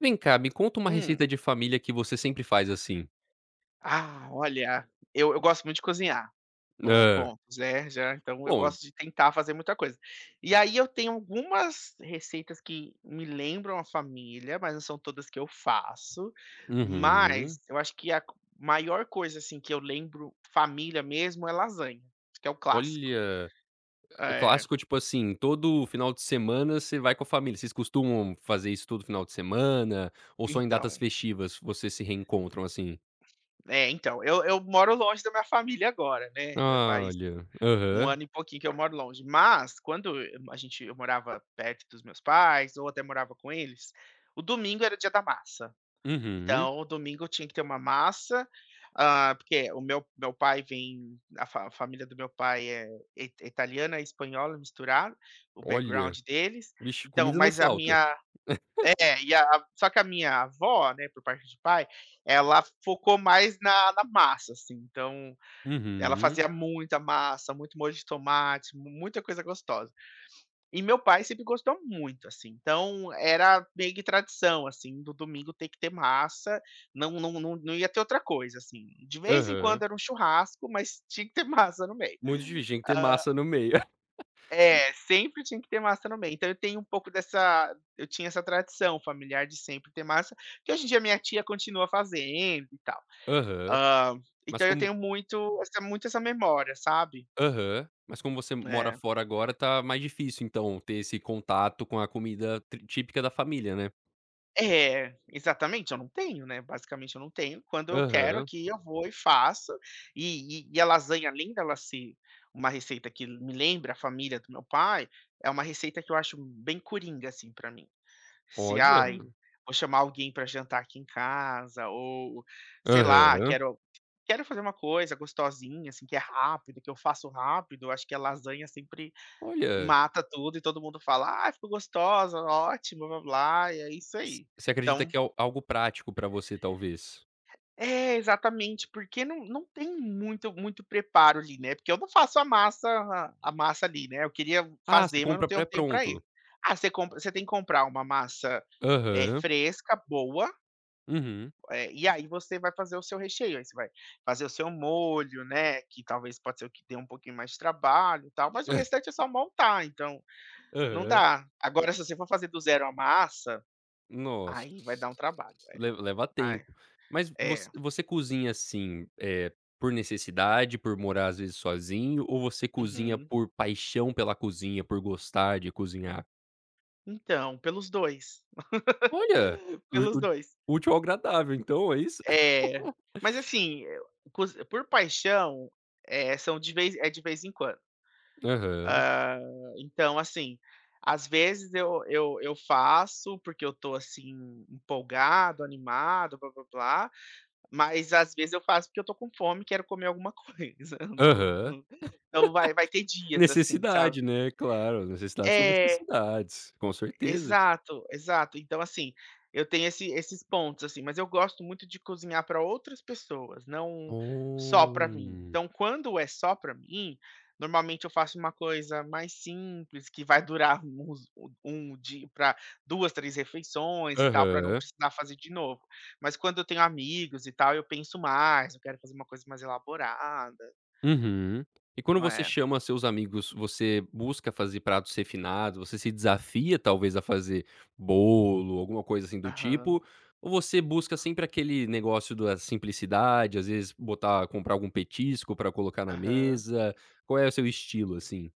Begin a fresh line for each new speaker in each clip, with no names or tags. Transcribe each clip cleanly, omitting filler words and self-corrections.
Vem cá, me conta uma receita
Hum.
de família que você sempre faz assim.
Ah, olha, eu gosto muito de cozinhar. Bom
Hã.
pontos, né, já então eu
Bom
gosto de tentar fazer muita coisa. E aí eu tenho algumas receitas que me lembram a família, mas não são todas que eu faço,
uhum.
mas eu acho que a maior coisa, assim, que eu lembro família mesmo é lasanha, que é o clássico.
Olha, o
É,
clássico, tipo assim, todo final de semana você vai com a família. Vocês costumam fazer isso todo final de semana ou só em datas
então.
festivas vocês se reencontram assim?
É, então, eu moro longe da minha família agora, né, já faz
Olha.
um
Aham.
ano e pouquinho que eu moro longe. Mas quando eu a gente eu morava perto dos meus pais ou até morava com eles, o domingo era o dia da massa.
Uhum.
Então o domingo tinha que ter uma massa, ah, porque o meu pai vem a família do meu pai é it italiana e espanhola misturada, o background
Olha.
deles.
Vixe,
Então
comida não
mas a
falta.
minha é, e a só que a minha avó, né, por parte de pai, ela focou mais na massa, assim, então ela
Uhum.
fazia muita massa, muito molho de tomate, mu muita coisa gostosa. E meu pai sempre gostou muito, assim. Então, era meio que tradição, assim, do domingo ter que ter massa, não não ia ter outra coisa, assim. De vez em quando
Aham.
era um churrasco, mas tinha que ter massa no meio.
Muito difícil, tem que ter massa no meio.
É, sempre tinha que ter massa no meio. Então eu tenho um pouco dessa eu tinha essa tradição familiar de sempre ter massa, que hoje em dia minha tia continua fazendo e tal.
Aham.
Hã,
Mas
então eu
como
tenho muito essa memória, sabe?
Aham. Mas como você mora
É.
fora agora, tá mais difícil então ter esse contato com a comida tri típica da família, né.
É, exatamente, eu não tenho, né, basicamente eu não tenho, quando eu quero
Aham.
aqui eu vou e faço, e a lasanha além dela ser uma receita que me lembra a família do meu pai, é uma receita que eu acho bem coringa, assim, pra mim. Se, ai,
Olha.
vou chamar alguém pra jantar aqui em casa ou, sei lá,
Aham.
quero fazer uma coisa gostosinha, assim, que é rápido, que eu faço rápido, eu acho que a lasanha sempre
Olha,
mata tudo e todo mundo fala: "Ah, ficou gostosa, ótimo, blá-blá-blá", e é isso
você
aí.
você acredita
Então
que é al algo prático pra você, talvez.
é, exatamente, porque não tem muito preparo ali, né, porque eu não faço a massa ali, né, eu queria
Ah, você
fazer, mas não
compra
tenho tempo para
pré-pronto.
ir. Você tem que comprar uma massa,
Aham.
fresca, boa,
Uhum.
e aí você vai fazer o seu recheio, aí você vai fazer o seu molho, né, que talvez pode ser o que dê um pouquinho mais de trabalho e tal, mas o restante é só montar, então não
Aham.
dá. Agora se você for fazer do zero a massa,
Nossa.
aí vai dar um trabalho.
Leva tempo.
Ai,
Mas voc
é.
você cozinha, assim, por necessidade, por morar às vezes sozinho, ou você cozinha
Uhum.
por paixão pela cozinha, por gostar de cozinhar?
Então, pelos 2.
Olha,
Pelos
o
2.
o útil ao agradável, então, é isso?
É, mas assim, cozi por paixão, eh, são de vez é de vez em quando.
Aham,
Hã, então assim, às vezes eu faço, porque eu tô assim, empolgado, animado, blá-blá-blá, mas às vezes eu faço porque eu tô com fome, quero comer alguma coisa. Não
aham.
não Então vai ter dias assim, sabe.
Necessidade, né, claro, necessidades são
É,
necessidades, com certeza.
exato, exato. Então, assim, eu tenho esses pontos, assim, mas eu gosto muito de cozinhar para outras pessoas, não só para mim.
Hum.
Então, quando é só para mim, normalmente eu faço uma coisa mais simples, que vai durar uns um dia, para 2, 3 refeições e tal, para não
Aham,
precisar fazer de novo. Mas quando eu tenho amigos e tal, eu penso mais, eu quero fazer uma coisa mais elaborada.
uhum. E quando você
É.
chama seus amigos, você busca fazer pratos refinados, você se desafia talvez a fazer bolo, alguma coisa assim do
Aham,
tipo, ou você busca sempre aquele negócio da simplicidade, às vezes botar comprar algum petisco pra colocar na
aham.
mesa, qual é o seu estilo, assim?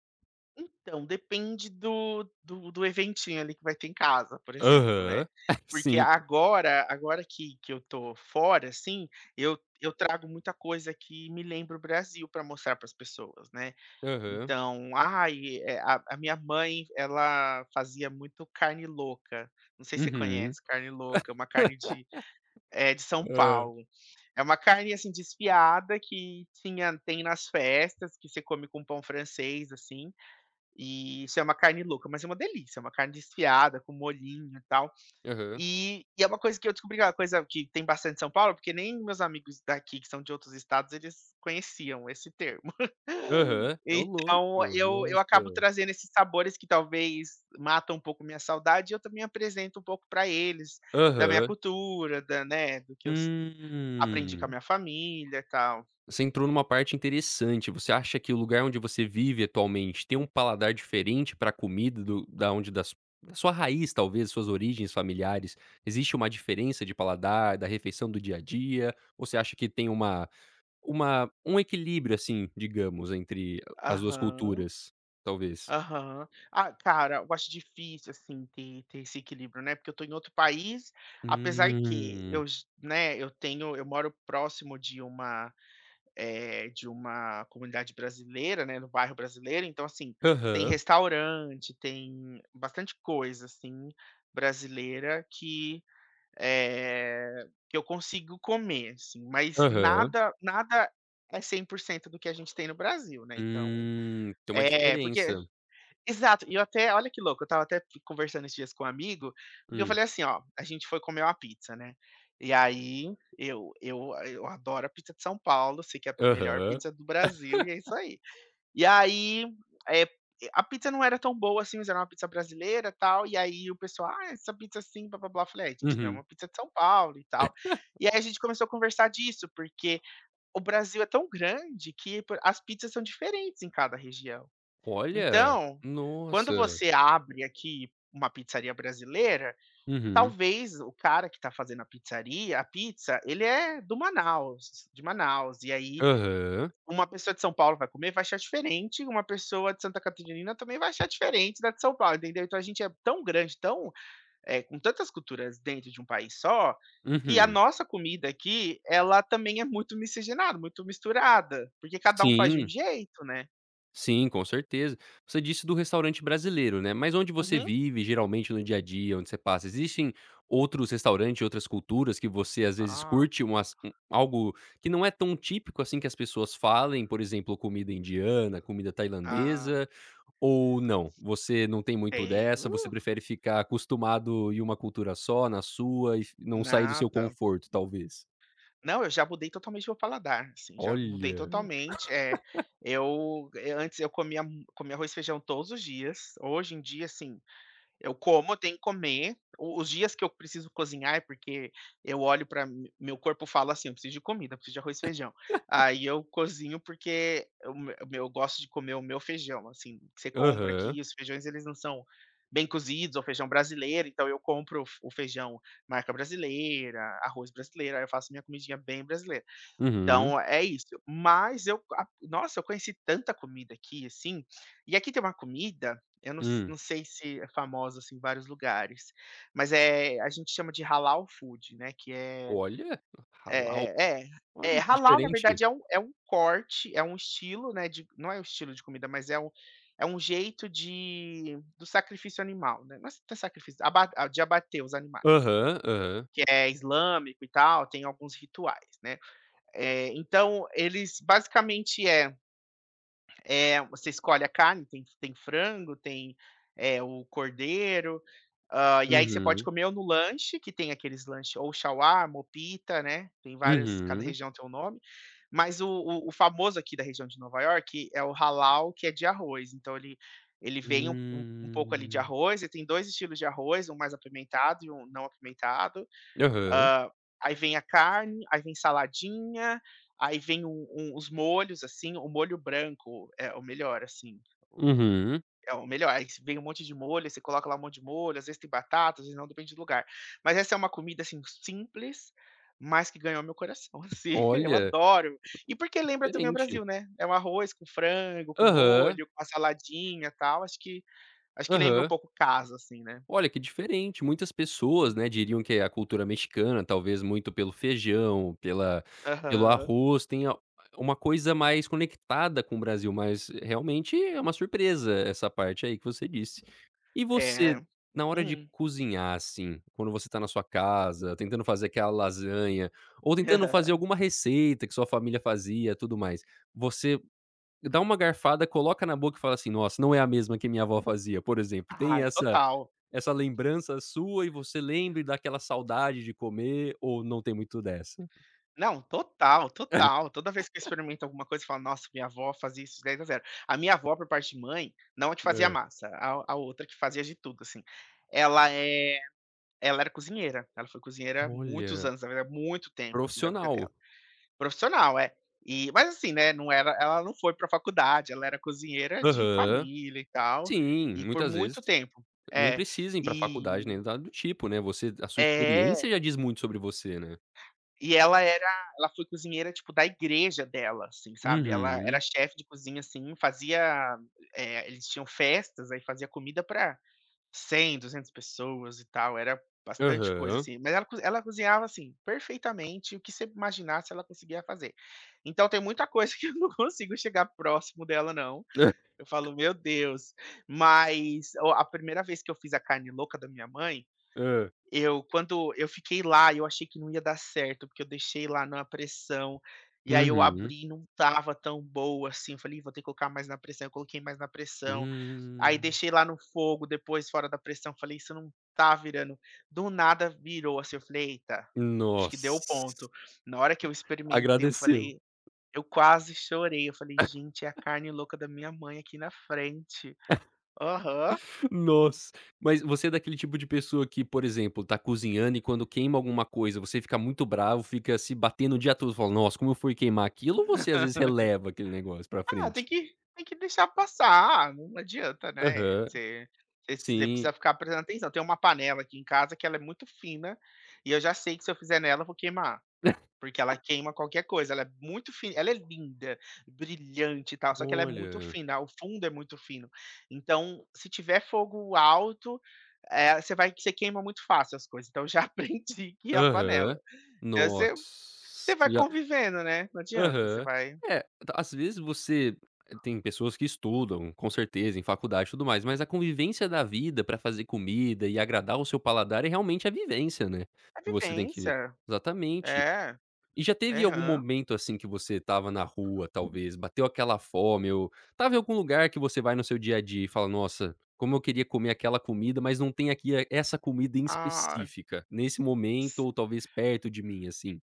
Então, depende do eventinho ali que vai ter em casa, por exemplo,
Aham.
né. Porque
Sim.
agora que eu tô fora, assim, eu trago muita coisa que me lembra o Brasil para mostrar para as pessoas, né.
Aham.
Então, ai, eh, a minha mãe, ela fazia muito carne louca, não sei se você
Uhum.
conhece carne louca, é uma carne de de São
Ah,
Paulo. É uma carne, assim, desfiada que tinha tem nas festas, que você come com pão francês, assim, e isso é uma carne louca, mas é uma delícia, é uma carne desfiada, com molhinho e tal.
aham.
E é uma coisa que eu descobri, que é uma coisa que tem bastante em São Paulo, porque nem meus amigos daqui, que são de outros estados, eles conheciam esse termo.
Aham. É o louco,
Então eu acabo
nossa.
trazendo esses sabores que talvez matam um pouco minha saudade, e eu também apresento um pouco para eles, da minha
Aham.
cultura, da, né, do que aprendi com a
Hum.
minha família e tal.
Você entrou numa parte interessante. Você acha que o lugar onde você vive atualmente tem um paladar diferente para a comida do da onde das da sua raiz talvez, suas origens familiares? Existe uma diferença de paladar, da refeição do dia a dia? Ou você acha que tem uma um equilíbrio, assim, digamos, entre as 2
Aham.
culturas, talvez?
Aham. Ah, cara, eu acho difícil, assim, ter esse equilíbrio, né, porque eu tô em outro país, apesar que
Hum.
eu j né, eu moro próximo de uma, de uma comunidade brasileira, né, no bairro brasileiro, então, assim, tem
Aham,
restaurante, tem bastante coisa, assim, brasileira que, que eu consigo comer, assim, mas
aham.
nada é 100% do que a gente tem no Brasil, né, então
Tem uma
é, porque
diferença.
exato, e eu até olha que louco, eu estava até conversando esses dias com um amigo, porque eu
Hum.
falei assim: "Ó, a gente foi comer uma pizza, né, e aí eu adoro a pizza de São Paulo, sei que é a melhor
Aham.
pizza do Brasil e é isso aí". E aí, eh, a pizza não era tão boa assim, mas era uma pizza brasileira, tal, e aí o pessoal: "Ah, essa pizza assim, blá-blá-blá", eu falei: "Ai, gente, não, é uma
Uhum.
pizza de São Paulo e tal". E aí a gente começou a conversar disso, porque o Brasil é tão grande que po as pizzas são diferentes em cada região.
Olha!
Então, quando
Nossa.
você abre aqui uma pizzaria brasileira,
Uhum.
talvez o cara que está fazendo a pizza, ele é do Manaus de Manaus, e aí
Aham.
uma pessoa de São Paulo vai comer, vai achar diferente, uma pessoa de Santa Catarina também vai achar diferente da de São Paulo, entendeu. Então a gente é tão grande, tão, eh, com tantas culturas dentro de um país só, que a
Uhum.
nossa comida aqui, ela também é muito miscigenada, muito misturada, porque cada um faz de um
Sim,
jeito, né.
sim, com certeza. Você disse do restaurante brasileiro, né, mas onde você
Uhum.
vive, geralmente, no dia a dia, onde você passa, existem outros restaurantes, outras culturas que você, às vezes,
Ah,
curte umas um algo que não é tão típico, assim, que as pessoas falem? Por exemplo, comida indiana, comida
ah.
tailandesa? Ou não? Você não tem muito dessa, você
Tenho,
prefere ficar acostumado em uma cultura só, na sua, e f não sair do seu
nada.
conforto, talvez?
Não, eu já mudei totalmente meu paladar, assim, já mudei
Olha.
totalmente, é eu- antes eu comia mu- comia arroz e feijão todos os dias, hoje em dia, assim, eu como, eu tenho que comer. O Os dias que eu preciso cozinhar é porque eu olho para meu corpo fala assim: "Eu preciso de comida, eu preciso de arroz e feijão". Aí eu cozinho, porque o me o meu eu gosto de comer o meu feijão, assim, que você compra
Aham.
aqui, os feijões eles não são bem cozidos, ou feijão brasileiro, então eu compro o feijão marca brasileira, arroz brasileiro, aí eu faço minha comidinha bem brasileira.
Uhum.
Então é isso, mas eu conheci tanta comida aqui, assim, e aqui tem uma comida, eu
Hum.
não sei se é famosa, assim, em vários lugares, mas, é, a gente chama de halal food, né, que é
Olha! Halal.
é é é
Olha, que
halal. Na
diferente.
verdade é um corte, é um estilo, né, de não é um estilo de comida, mas é um jeito de do sacrifício animal, né, não é sacrifício, abater os animais,
Aham, aham.
que é islâmico e tal, tem alguns rituais, né. É, então, eles basicamente você escolhe a carne, tem, tem frango, tem é, o cordeiro, ah, e aí você pode
Uhum.
comer ou no lanche, que tem aqueles lanches, ou shawarma, ou pita, né? Tem vários, cada
Uhum.
região tem um nome. Mas o famoso aqui da região de Nova York é o halal, que é de arroz. Então ele vem um pouco ali de
Hum.
arroz, e tem dois estilos de arroz, um mais apimentado e um não apimentado.
Aham.
Hã, aí vem a carne, aí vem saladinha, aí vem um os molhos, assim, o molho branco é o melhor, assim, o
Uhum.
é o melhor, aí vem um monte de molho, você coloca lá um monte de molho, às vezes tem batata, às vezes não, depende do lugar. Mas essa é uma comida, assim, simples, mas que ganhou meu coração, assim, eu
Olha,
adoro. E porque lembra também o
diferente.
Brasil, né, é um arroz com frango, com
Aham.
molho, com uma saladinha, e tal, acho que lembra um
Aham.
pouco casa, assim, né.
Olha, que diferente. Muitas pessoas,
Uhum.
né, diriam que a cultura mexicana, talvez muito pelo feijão, pela pelo
Aham.
arroz, tenha uma coisa mais conectada com o Brasil, mas realmente é uma surpresa essa parte aí que você disse. E
É.
você, na hora de
Uhum.
cozinhar, assim, quando você tá na sua casa, tentando fazer aquela lasanha, ou tentando fazer alguma receita que sua família fazia, tudo mais, você dá uma garfada, coloca na boca e fala assim: "Nossa, não é a mesma que minha avó fazia", por exemplo, tem
Ai,
essa
total.
essa lembrança sua e você lembre daquela saudade de comer ou não tem muito dessa?
Não, total, total. Toda vez que eu experimento alguma coisa, eu falo: "Nossa, minha avó fazia isso 10 a 0". A minha avó, por parte de mãe, não a que fazia
Hã.
massa, a outra que fazia de tudo, assim. Ela é Ela era cozinheira, ela foi cozinheira
Olha,
muito tempo, assim, da vida dela.
profissional.
Profissional, é. E mas assim, né, não era ela não foi pra faculdade, ela era cozinheira de
Aham.
família e tal,
Sim,
e por
muitas vezes
muito tempo.
nem
É.
precisa ir pra faculdade
E
nem nada do tipo, né, você a sua experiência
é
já diz muito sobre você, né.
E ela foi cozinheira, tipo, da igreja dela, assim, sabe. Ela era
Uhum.
chefe de cozinha, assim, fazia, eles tinham festas, aí fazia comida pra 100, 200 pessoas e tal, era bastante coisa,
Aham.
assim. Mas ela cozinhava, assim, perfeitamente, o que você imaginasse ela conseguia fazer. Então tem muita coisa que eu não consigo chegar próximo dela não, eu falo: "Meu Deus". Mas o a primeira vez que eu fiz a carne louca da minha mãe,
Hã.
eu quando eu fiquei lá, eu achei que não ia dar certo, porque eu deixei lá na pressão, e aí eu
Uhum.
abri e não tava tão boa, assim, eu falei: "Ih, vou ter que colocar mais na pressão", eu coloquei mais na pressão, aí
Hum.
deixei lá no fogo, depois fora da pressão, falei: "Isso não tá virando", do nada virou, assim, eu falei: "Eita, acho que deu o
Nossa,
ponto". Na hora que eu experimentei, eu
agradeceu.
falei eu quase chorei, eu falei: "Gente, é a carne louca da minha mãe aqui na frente". Aham.
Nossa. Mas você é daquele tipo de pessoa que, por exemplo, tá cozinhando e quando queima alguma coisa, você fica muito bravo, fica se batendo o dia todo, fala: "Nossa, como eu fui queimar aquilo", ou você às vezes releva aquele negócio pra
Ah, tem
frente?
que tem que deixar passar, não adianta, né,
Aham.
você
Sim.
precisa ficar prestando atenção. Tem uma panela aqui em casa que ela é muito fina, e eu já sei que se eu fizer nela eu vou queimar, porque ela queima qualquer coisa, ela é muito fina, ela é linda, brilhante e tal, só que ela é muito
Olha.
fina, o fundo é muito fino. Então, se tiver fogo alto, você queima muito fácil as coisas, então eu já aprendi que a panela.
Aham.
Então você vai
Nossa.
convivendo, né, não adianta, você
Aham.
vai
É, tá, às vezes você tem pessoas que estudam, com certeza, em faculdade e tudo mais, mas a convivência da vida pra fazer comida e agradar o seu paladar é realmente a vivência, né.
é
Você tem que
vivência.
exatamente.
É.
E já teve algum
Aham.
momento, assim, que você estava na rua, talvez, bateu aquela fome ou estava em algum lugar que você vai no seu dia a dia e fala: "Nossa, como eu queria comer aquela comida, mas não tem aqui essa comida em
Ah,
específica, nesse momento
s-
ou talvez perto de mim", assim?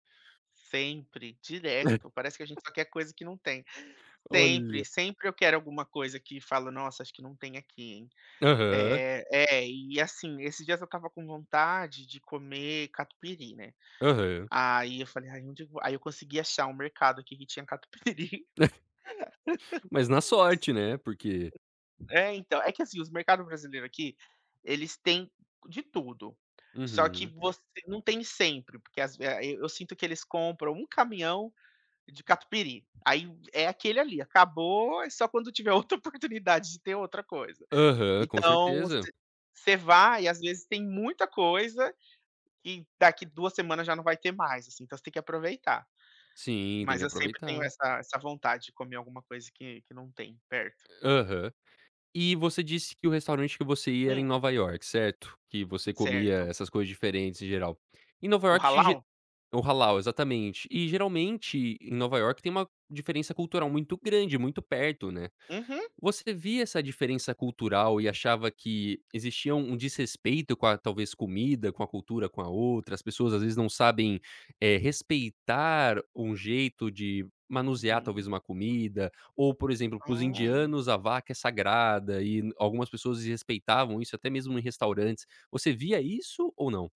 sempre, direto, parece que a gente só quer coisa que não tem. Sempre,
Olha.
sempre eu quero alguma coisa que falo: "Nossa, acho que não tem aqui, hein".
Aham.
É, é, e assim, esses dias eu tava com vontade de comer catupiry, né,
Aham.
aí eu falei: "Ai, onde eu vou?". Aí eu consegui achar um mercado aqui que tinha catupiry.
Mas na sorte, né, porque
É, então, é que assim, os mercados brasileiros aqui, eles têm de tudo, só que
Uhum.
você não tem sempre, porque às ve eu sinto que eles compram um caminhão de catupiry. Aí é aquele ali, acabou, é só quando tiver outra oportunidade de ter outra coisa.
Aham, com
Então,
certeza.
você vai e às vezes tem muita coisa que daqui 2 semanas já não vai ter mais, assim, então você tem que aproveitar.
Sim, tem
Mas
que
eu sempre tenho
aproveitar.
essa vontade de comer alguma coisa que não tem perto.
Aham. E você disse que o restaurante que você ia era em
Hum,
Nova York, certo? Que você comia
certo.
essas coisas diferentes em geral. Em Nova
O
York, ge
halal?
o halal, exatamente. E geralmente em Nova York tem uma diferença cultural muito grande, muito perto, né?
Uhum,
Você via essa diferença cultural e achava que existia um desrespeito com a talvez comida, com a cultura, com a outra, as pessoas às vezes não sabem, respeitar um jeito de manusear talvez
uhum.
uma comida, ou por exemplo, para os
Hum.
indianos a vaca é sagrada e n algumas pessoas desrespeitavam isso até mesmo em restaurantes. Você via isso ou não?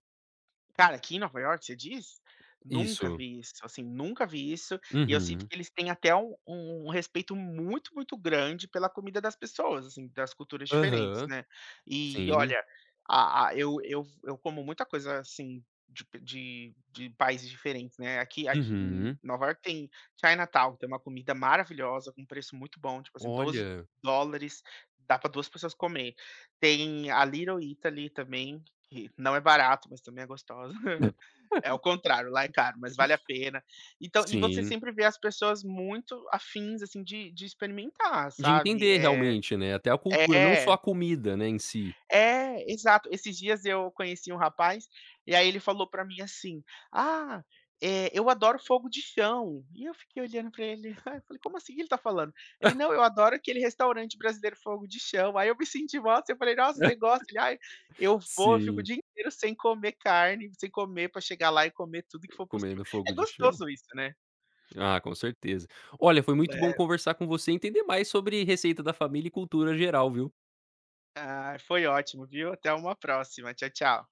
Cara, aqui em Nova York você diz? Nunca
Isso.
vi isso, assim, nunca vi isso, e eu sinto
Uhum.
que eles têm até um respeito muito, muito grande pela comida das pessoas, assim, das culturas diferentes,
Aham.
né. E
Sim.
olha, a eu como muita coisa, assim, de p de países diferentes, né. Aqui em
Uhum.
Nova York tem Chinatown, tem uma comida maravilhosa com preço muito bom, tipo assim, doze
Olha.
dólares dá para 2 pessoas comer. Tem a Little Italy também, que não é barato, mas também é gostosa. É o contrário, lá é caro, mas vale a pena. Então e você
Sim.
sempre vê as pessoas muito afins, assim, de experimentar,
De
sabe.
entender realmente, né, até a cultura, não só
É.
a comida, né, em si.
É, exato. Esses dias eu conheci um rapaz, e aí ele falou pra mim assim: "Ah, eu adoro fogo de chão". E eu fiquei olhando pra ele, eu falei: "Como assim que ele tá falando?". Ele: "Não, eu adoro aquele restaurante brasileiro fogo de chão". Aí eu me senti mal, assim, eu falei: "Nossa, você gosta?". Ele: "Ai, eu vou, eu fico o
Sim,
dia inteiro sem comer carne, sem comer pra chegar lá e comer tudo que for possível".
comendo
É
fogo de chão.
gostoso isso, né.
Ah, com certeza. Olha, foi muito
É.
bom conversar com você e entender mais sobre receita da família e cultura geral, viu.
Ah, foi ótimo, viu. Até uma próxima. Tchau, tchau.